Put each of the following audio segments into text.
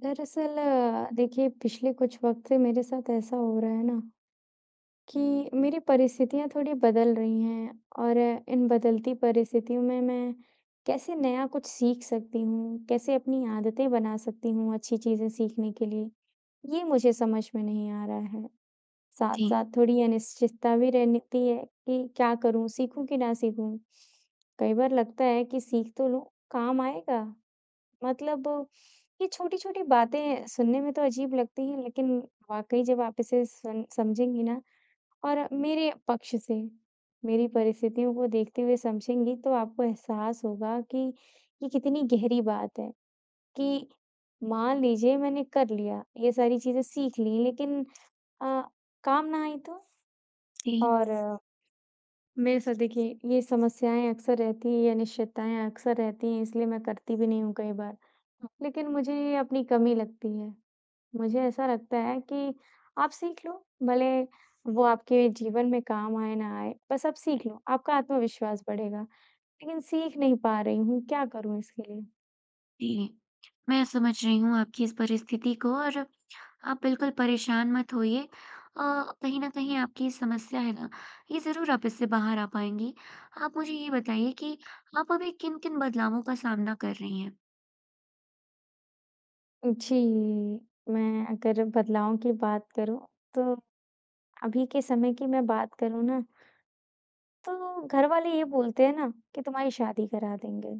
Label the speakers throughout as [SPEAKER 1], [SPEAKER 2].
[SPEAKER 1] दरअसल देखिए पिछले कुछ वक़्त से मेरे साथ ऐसा हो रहा है ना कि मेरी परिस्थितियाँ थोड़ी बदल रही हैं और इन बदलती परिस्थितियों में मैं कैसे नया कुछ सीख सकती हूँ, कैसे अपनी आदतें बना सकती हूँ अच्छी चीज़ें सीखने के लिए, ये मुझे समझ में नहीं आ रहा है।
[SPEAKER 2] जी,
[SPEAKER 1] साथ-साथ थोड़ी अनिश्चितता भी रहती है कि क्या करूँ, सीखूँ कि ना सीखूँ? कई बार लगता है कि सीख तो लूँ, काम आएगा? मतलब ये छोटी-छोटी बातें सुनने में तो अजीब लगती हैं, लेकिन वाक़ई जब आप इसे सुन समझेंगी ना और मेरे पक्ष से, मेरी परिस्थितियों को देखते हुए समझेंगी, तो आपको एहसास होगा कि ये कितनी गहरी बात है कि मान लीजिए मैंने कर लिया, ये सारी चीज़ें सीख ली, लेकिन अ, काम ना आई तो?
[SPEAKER 2] जी,
[SPEAKER 1] और मेरे साथ देखिए ये समस्याएँ अक्सर रहती हैं, ये अनिश्चितताएँ अक्सर रहती हैं, इसलिए मैं करती भी नहीं हूँ कई बार। लेकिन मुझे ये अपनी कमी लगती है। मुझे ऐसा लगता है कि आप सीख लो, भले वो आपके जीवन में काम आए ना आए, बस आप सीख लो, आपका आत्मविश्वास बढ़ेगा। लेकिन सीख नहीं पा रही हूँ, क्या करूँ इसके लिए?
[SPEAKER 2] जी। मैं समझ रही हूँ आपकी इस परिस्थिति को और आप बिल्कुल परेशान मत होइए। कहीं न कहीं आपकी समस्या है ना, ये ज़रूर आप इससे बाहर आ पाएँगी। आप मुझे ये बताइए कि आप अभी किन-किन बदलावों का सामना कर रही हैं?
[SPEAKER 1] जी, मैं अगर बदलाव की बात करूँ, तो अभी के समय की मैं बात करूँ ना, तो घर वाले ये बोलते हैं ना कि तुम्हारी शादी करा देंगे।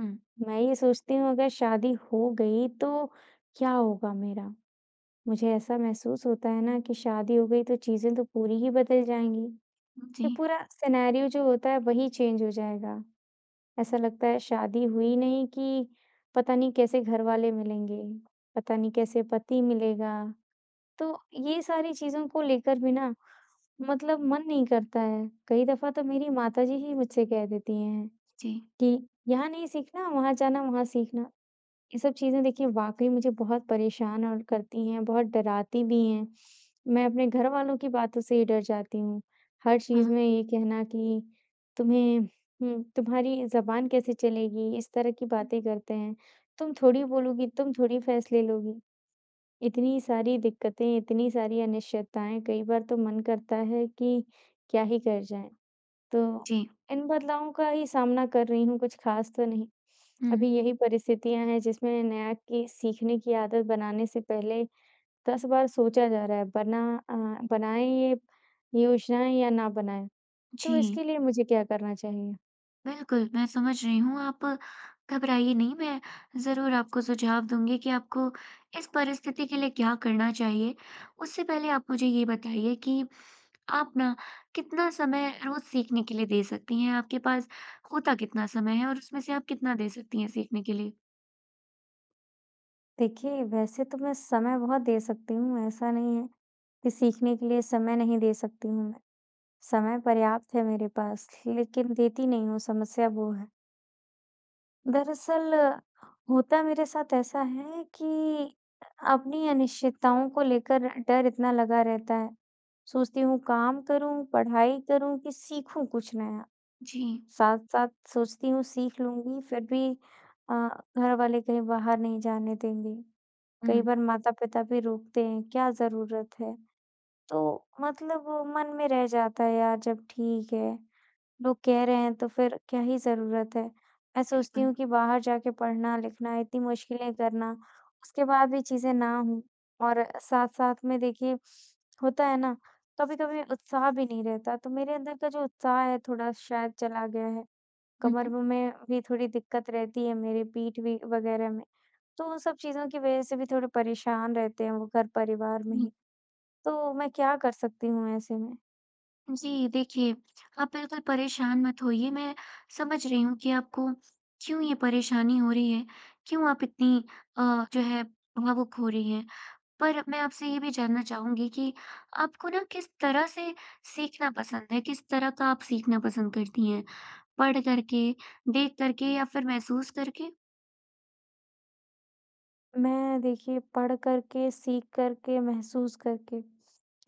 [SPEAKER 2] हुँ,
[SPEAKER 1] मैं ये सोचती हूँ अगर शादी हो गई, तो क्या होगा मेरा? मुझे ऐसा महसूस होता है ना कि शादी हो गई तो चीज़ें तो पूरी ही बदल जाएँगी।
[SPEAKER 2] जी,
[SPEAKER 1] ये पूरा सिनेरियो जो होता है वही चेंज हो जाएगा। ऐसा लगता है शादी हुई नहीं कि पता नहीं कैसे घरवाले मिलेंगे, पता नहीं कैसे पति मिलेगा। तो ये सारी चीज़ों को लेकर भी ना मतलब मन नहीं करता है। कई दफ़ा तो मेरी माताजी ही मुझसे कह देती हैं
[SPEAKER 2] जी।
[SPEAKER 1] कि यहाँ नहीं सीखना, वहाँ जाना, वहाँ सीखना। ये सब चीज़ें देखिए वाक़ई मुझे बहुत परेशान और करती हैं, बहुत डराती भी हैं। मैं अपने घरवालों की बातों से ही डर जाती हूँ। हर
[SPEAKER 2] हाँ,
[SPEAKER 1] चीज़ में ये कहना कि तुम्हें तुम्हारी ज़बान कैसे चलेगी? इस तरह की
[SPEAKER 2] हुँ,
[SPEAKER 1] बातें करते हैं। तुम थोड़ी बोलोगी, तुम थोड़ी फ़ैसले लोगी। इतनी सारी दिक्कतें, इतनी सारी अनिश्चितताएँ, कई बार तो मन करता है कि क्या ही कर जाएँ। तो
[SPEAKER 2] जी,
[SPEAKER 1] इन बदलावों का ही सामना कर रही हूँ, कुछ ख़ास तो नहीं।
[SPEAKER 2] हुँ,
[SPEAKER 1] अभी यही परिस्थितियाँ हैं जिसमें नया की सीखने की आदत बनाने से पहले 10 बार सोचा जा रहा है, अ, बनाएँ ये योजनाएँ या ना बनाएँ? तो
[SPEAKER 2] जी।
[SPEAKER 1] इसके लिए मुझे क्या करना चाहिए?
[SPEAKER 2] बिल्कुल, मैं समझ रही हूँ। आप घबराइए नहीं, मैं ज़रूर आपको सुझाव दूँगी कि आपको इस परिस्थिति के लिए क्या करना चाहिए। उससे पहले आप मुझे ये बताइए कि आप ना कितना समय रोज़ सीखने के लिए दे सकती हैं? आपके पास होता कितना समय है और उसमें से आप कितना दे सकती हैं सीखने के लिए?
[SPEAKER 1] देखिए, वैसे तो मैं समय बहुत दे सकती हूँ, ऐसा नहीं है कि सीखने के लिए समय नहीं दे सकती हूँ मैं। समय पर्याप्त है मेरे पास, लेकिन देती नहीं हूँ, समस्या वो है। दरअसल होता मेरे साथ ऐसा है कि अपनी अनिश्चितताओं को लेकर डर इतना लगा रहता है। सोचती हूँ काम करूँ, पढ़ाई करूँ कि सीखूँ कुछ नया।
[SPEAKER 2] जी।
[SPEAKER 1] साथ-साथ सोचती हूँ सीख लूँगी फिर भी अ, घर वाले कहीं बाहर नहीं जाने देंगे। कई
[SPEAKER 2] हुँ,
[SPEAKER 1] बार माता-पिता भी रोकते हैं, क्या ज़रूरत है? तो मतलब वो मन में रह जाता है यार जब ठीक है। लोग कह रहे हैं तो फिर क्या ही ज़रूरत है। मैं सोचती
[SPEAKER 2] बिल्कुल।
[SPEAKER 1] हूँ कि बाहर जाके पढ़ना-लिखना, इतनी मुश्किलें करना, उसके बाद भी चीज़ें ना हों और साथ-साथ में देखिए होता है ना, कभी-कभी उत्साह भी नहीं रहता, तो मेरे अंदर का जो उत्साह है थोड़ा शायद चला गया है।
[SPEAKER 2] हुँ,
[SPEAKER 1] कमर में भी थोड़ी दिक्कत रहती है मेरी, पीठ भी वगैरह में, तो उन सब चीज़ों की वज़ह से भी थोड़े परेशान रहते हैं वो घर परिवार में
[SPEAKER 2] हुँ।
[SPEAKER 1] ही। तो मैं क्या कर सकती हूँ ऐसे में?
[SPEAKER 2] जी, देखिए, आप बिल्कुल परेशान मत होइए, मैं समझ रही हूँ कि आपको क्यों ये परेशानी हो रही है, क्यों आप इतनी जो है भावुक हो रही हैं। पर मैं आपसे ये भी जानना चाहूँगी कि आपको ना किस तरह से सीखना पसंद है? किस तरह का आप सीखना पसंद करती हैं? पढ़ कर के, देख कर के या फिर महसूस करके?
[SPEAKER 1] मैं देखिए पढ़ कर के, सीख कर के, महसूस करके,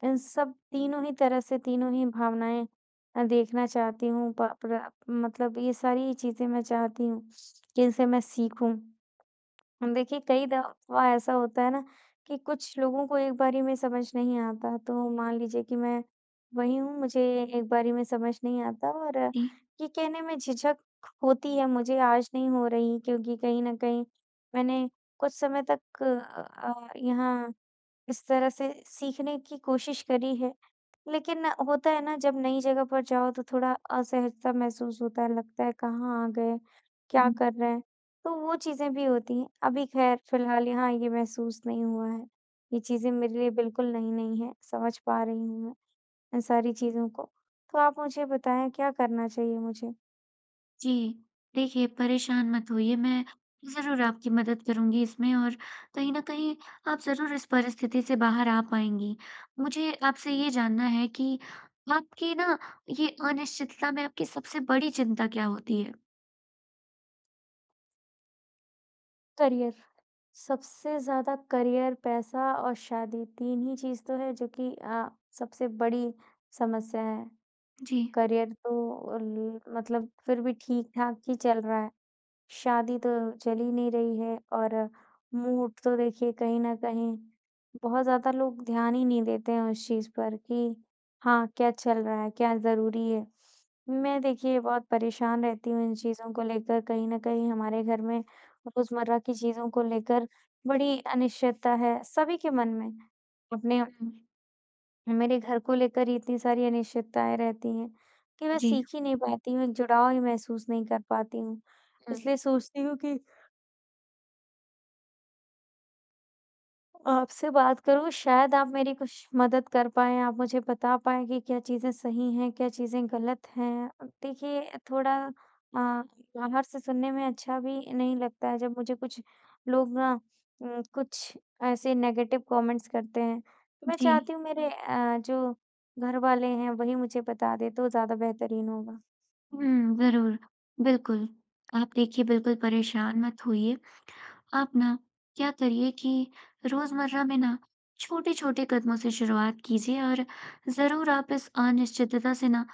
[SPEAKER 1] इन सब तीनों ही तरह से तीनों ही भावनाएँ देखना चाहती हूँ। प प्र मतलब ये सारी चीज़ें मैं चाहती हूँ कि इनसे मैं सीखूँ। हम देखिए, कई दफ़ा ऐसा होता है ना कि कुछ लोगों को एक बारी में समझ नहीं आता। तो मान लीजिए कि मैं वही हूँ, मुझे एक बारी में समझ नहीं आता और
[SPEAKER 2] जी।
[SPEAKER 1] ये कहने में झिझक होती है मुझे, आज नहीं हो रही क्योंकि कहीं न कहीं मैंने कुछ समय तक यहाँ इस तरह से सीखने की कोशिश करी है लेकिन होता है ना जब नई जगह पर जाओ तो थोड़ा असहज-सा महसूस होता है, लगता है कहाँ आ गए, क्या कर रहे हैं? तो वो चीज़ें भी होती हैं। अभी ख़ैर फ़िलहाल यहाँ ये महसूस नहीं हुआ है। ये चीज़ें मेरे लिए बिल्कुल नई-नई हैं, समझ पा रही हूँ मैं इन सारी चीज़ों को। तो आप मुझे बताएँ क्या करना चाहिए मुझे?
[SPEAKER 2] जी, देखिए परेशान मत होइए, मैं ज़रूर आपकी मदद करूँगी इसमें और कहीं न कहीं आप ज़रूर इस परिस्थिति से बाहर आ पाएँगी। मुझे आपसे ये जानना है कि आपकी ना ये अनिश्चितता में आपकी सबसे बड़ी चिंता क्या होती है?
[SPEAKER 1] करियर, सबसे ज़्यादा करियर, पैसा और शादी 3 ही चीज़ तो है जो कि सबसे बड़ी समस्या है।
[SPEAKER 2] जी।
[SPEAKER 1] करियर तो ल मतलब फिर भी ठीक-ठाक ही चल रहा है। शादी तो चल ही नहीं रही है और मूड तो देखिए कहीं न कहीं बहुत ज़्यादा लोग ध्यान ही नहीं देते हैं उस चीज़ पर कि हाँ, क्या चल रहा है, क्या ज़रूरी है। मैं देखिए बहुत परेशान रहती हूँ इन चीज़ों को लेकर, कहीं न कहीं हमारे घर में रोज़मर्रा की चीज़ों को लेकर बड़ी अनिश्चितता है सभी के मन में। अपने
[SPEAKER 2] हुँ।
[SPEAKER 1] मेरे घर को लेकर ही इतनी सारी अनिश्चितताएँ रहती हैं कि मैं
[SPEAKER 2] जी।
[SPEAKER 1] सीख ही नहीं पाती हूँ, एक जुड़ाव ही महसूस नहीं कर पाती हूँ।
[SPEAKER 2] हुँ।
[SPEAKER 1] इसलिए सोचती हूँ कि आपसे बात करूँ शायद आप मेरी कुछ मदद कर पाएँ, आप मुझे बता पाएँ कि क्या चीज़ें सही हैं, क्या चीज़ें गलत हैं। देखिए थोड़ा बाहर से सुनने में अच्छा भी नहीं लगता है जब मुझे कुछ लोग ना कुछ ऐसे नेगेटिव कमेंट्स करते हैं। तो मैं
[SPEAKER 2] जी।
[SPEAKER 1] चाहती हूँ मेरे जो घरवाले हैं वही मुझे बता दें तो ज़्यादा बेहतरीन होगा।
[SPEAKER 2] हुँ, ज़रूर। बिल्कुल, आप देखिए बिल्कुल परेशान मत होइए। आप ना क्या करिए कि रोजमर्रा में ना छोटे-छोटे कदमों से शुरुआत कीजिए और ज़रूर आप इस अनिश्चितता से ना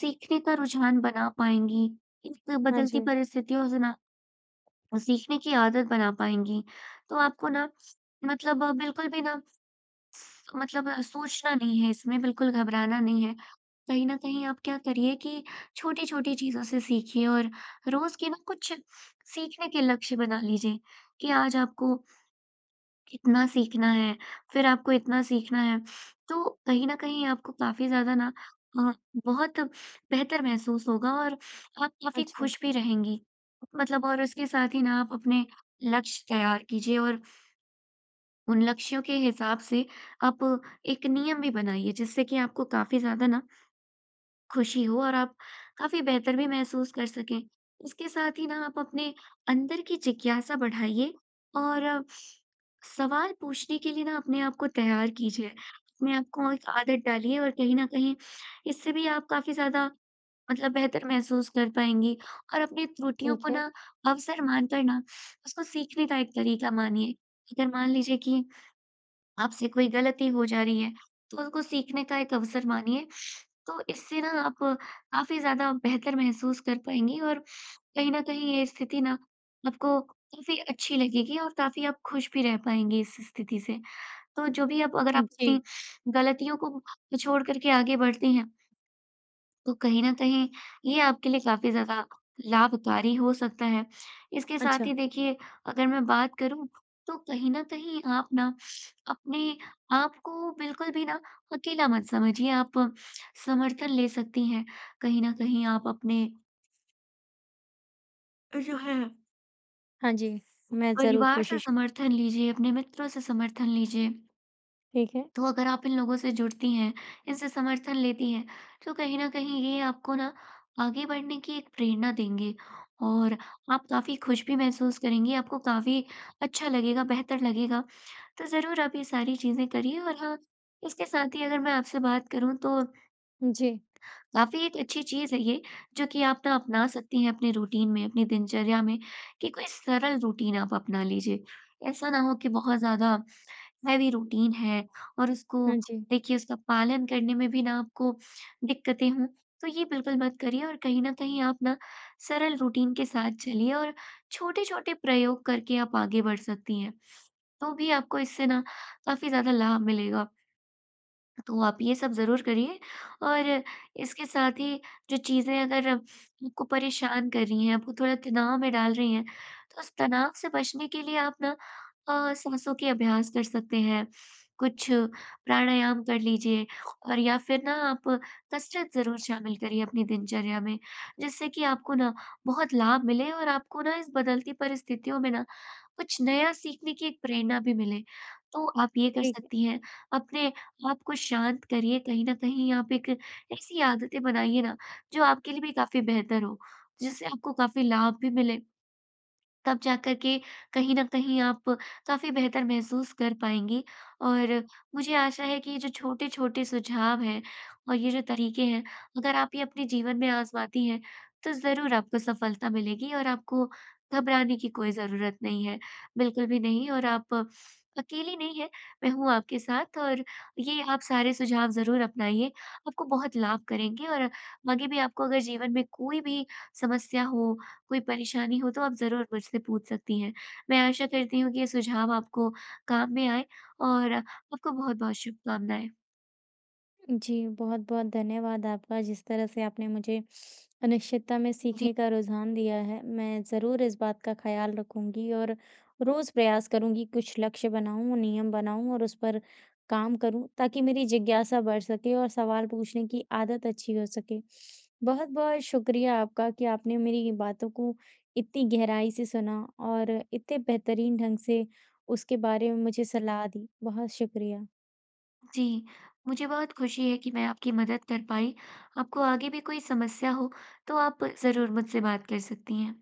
[SPEAKER 2] सीखने का रुझान बना पाएँगी। एक
[SPEAKER 1] हाँ
[SPEAKER 2] बदलती
[SPEAKER 1] जी।
[SPEAKER 2] परिस्थितियों से ना सीखने की आदत बना पाएँगी। तो आपको ना मतलब बिल्कुल भी ना मतलब सोचना नहीं है इसमें, बिल्कुल घबराना नहीं है। कहीं न कहीं आप क्या करिए कि छोटी-छोटी चीज़ों से सीखिए और रोज के ना कुछ सीखने के लक्ष्य बना लीजिए कि आज आपको कितना सीखना है, फिर आपको इतना सीखना है। तो कहीं न कहीं आपको काफ़ी ज़्यादा ना अ, बहुत बेहतर महसूस होगा और आप काफ़ी
[SPEAKER 1] अच्छा,
[SPEAKER 2] खुश भी रहेंगी। मतलब और उसके साथ ही ना आप अपने लक्ष्य तैयार कीजिए और उन लक्ष्यों के हिसाब से आप एक नियम भी बनाइए, जिससे कि आपको काफ़ी ज़्यादा ना खुशी हो और आप काफ़ी बेहतर भी महसूस कर सकें। इसके साथ ही ना आप अपने अंदर की जिज्ञासा बढ़ाइए और सवाल पूछने के लिए ना अपने आप को तैयार कीजिए। अपने आप को एक आदत डालिए और कहीं न कहीं इससे भी आप काफ़ी ज़्यादा मतलब बेहतर महसूस कर पाएँगी और अपनी त्रुटियों को
[SPEAKER 1] ठीक है।
[SPEAKER 2] ना अवसर मानकर ना उसको सीखने का एक तरीका मानिए। अगर मान लीजिए कि आपसे कोई गलती हो जा रही है, तो उसको सीखने का एक अवसर मानिए। तो इससे ना आप काफ़ी ज़्यादा बेहतर महसूस कर पाएँगी और कहीं न कहीं ये स्थिति ना आपको काफ़ी अच्छी लगेगी और काफ़ी आप खुश भी रह पाएँगी इस स्थिति से। तो जो भी आप अगर आप अपनी
[SPEAKER 1] जी,
[SPEAKER 2] गलतियों को छोड़ कर के आगे बढ़ती हैं, तो कहीं न कहीं ये आपके लिए काफ़ी ज़्यादा लाभकारी हो सकता है। इसके साथ
[SPEAKER 1] अच्छा।
[SPEAKER 2] ही देखिए अगर मैं बात करूँ तो कहीं न कहीं आप ना अपने आप को बिल्कुल भी ना अकेला मत समझिए, आप समर्थन ले सकती हैं। कहीं न कहीं आप अपने जो है
[SPEAKER 1] हाँ जी, मैं ज़रूर
[SPEAKER 2] परिवार से
[SPEAKER 1] कोशिश करूँ।
[SPEAKER 2] समर्थन लीजिए, अपने मित्रों से समर्थन लीजिए।
[SPEAKER 1] ठीक है।
[SPEAKER 2] तो अगर आप इन लोगों से जुड़ती हैं, इनसे समर्थन लेती हैं, तो कहीं न कहीं ये आपको ना आगे बढ़ने की एक प्रेरणा देंगे और आप काफ़ी खुश भी महसूस करेंगी, आपको काफ़ी अच्छा लगेगा, बेहतर लगेगा। तो ज़रूर आप ये सारी चीज़ें करिए और हाँ, इसके साथ ही अगर मैं आपसे बात करूँ तो
[SPEAKER 1] जी,
[SPEAKER 2] काफ़ी एक अच्छी चीज़ है ये, जो कि आप ना अपना सकती हैं अपने रूटीन में, अपनी दिनचर्या में कि कोई सरल रूटीन आप अपना लीजिए। ऐसा ना हो कि बहुत ज़्यादा हैवी रूटीन है और उसको
[SPEAKER 1] हाँ जी,
[SPEAKER 2] देखिए उसका पालन करने में भी ना आपको दिक्कतें हों, तो ये बिल्कुल मत करिए और कहीं न कहीं आप ना सरल रूटीन के साथ चलिए और छोटे-छोटे प्रयोग करके आप आगे बढ़ सकती हैं। तो भी आपको इससे ना काफ़ी ज़्यादा लाभ मिलेगा। तो आप ये सब ज़रूर करिए और इसके साथ ही जो चीज़ें अगर आपको परेशान कर रही हैं, आपको थोड़ा तनाव में डाल रही हैं, तो उस तनाव से बचने के लिए आप ना साँसों के अभ्यास कर सकते हैं। कुछ प्राणायाम कर लीजिए और या फिर ना आप कसरत ज़रूर शामिल करिए अपनी दिनचर्या में, जिससे कि आपको ना बहुत लाभ मिले और आपको ना इस बदलती परिस्थितियों में ना कुछ नया सीखने की एक प्रेरणा भी मिले। तो आप ये कर
[SPEAKER 1] ठीक।
[SPEAKER 2] सकती हैं, अपने आप को शांत करिए, कहीं न कहीं आप एक ऐसी आदतें बनाइए ना, जो आपके लिए भी काफ़ी बेहतर हो, जिससे आपको काफ़ी लाभ भी मिले। तब जाकर के कहीं न कहीं आप काफ़ी बेहतर महसूस कर पाएँगी। और मुझे आशा है कि ये जो छोटे-छोटे सुझाव हैं और ये जो तरीके हैं, अगर आप ये अपने जीवन में आज़माती हैं, तो ज़रूर आपको सफलता मिलेगी और आपको घबराने की कोई ज़रूरत नहीं है, बिल्कुल भी नहीं और आप अकेली नहीं हैं, मैं हूँ आपके साथ और ये आप सारे सुझाव ज़रूर अपनाइए, आपको बहुत लाभ करेंगे और आगे भी आपको अगर जीवन में कोई भी समस्या हो कोई परेशानी हो तो आप ज़रूर मुझसे पूछ सकती हैं। मैं आशा करती हूँ कि ये सुझाव आपको काम में आए और आपको बहुत-बहुत शुभकामनाएँ।
[SPEAKER 1] जी, बहुत-बहुत धन्यवाद आपका, जिस तरह से आपने मुझे अनिश्चितता में
[SPEAKER 2] जी,
[SPEAKER 1] सीखने का रुझान दिया है। मैं ज़रूर इस बात का ख़्याल रखूँगी और रोज़ प्रयास करूँगी, कुछ लक्ष्य बनाऊँ, नियम बनाऊँ और उस पर काम करूँ, ताकि मेरी जिज्ञासा बढ़ सके और सवाल पूछने की आदत अच्छी हो सके। बहुत-बहुत शुक्रिया आपका कि आपने मेरी बातों को इतनी गहराई से सुना और इतने बेहतरीन ढंग से उसके बारे में मुझे सलाह दी। बहुत शुक्रिया।
[SPEAKER 2] जी, मुझे बहुत खुशी है कि मैं आपकी मदद कर पाई। आपको आगे भी कोई समस्या हो तो आप ज़रूर मुझसे बात कर सकती हैं।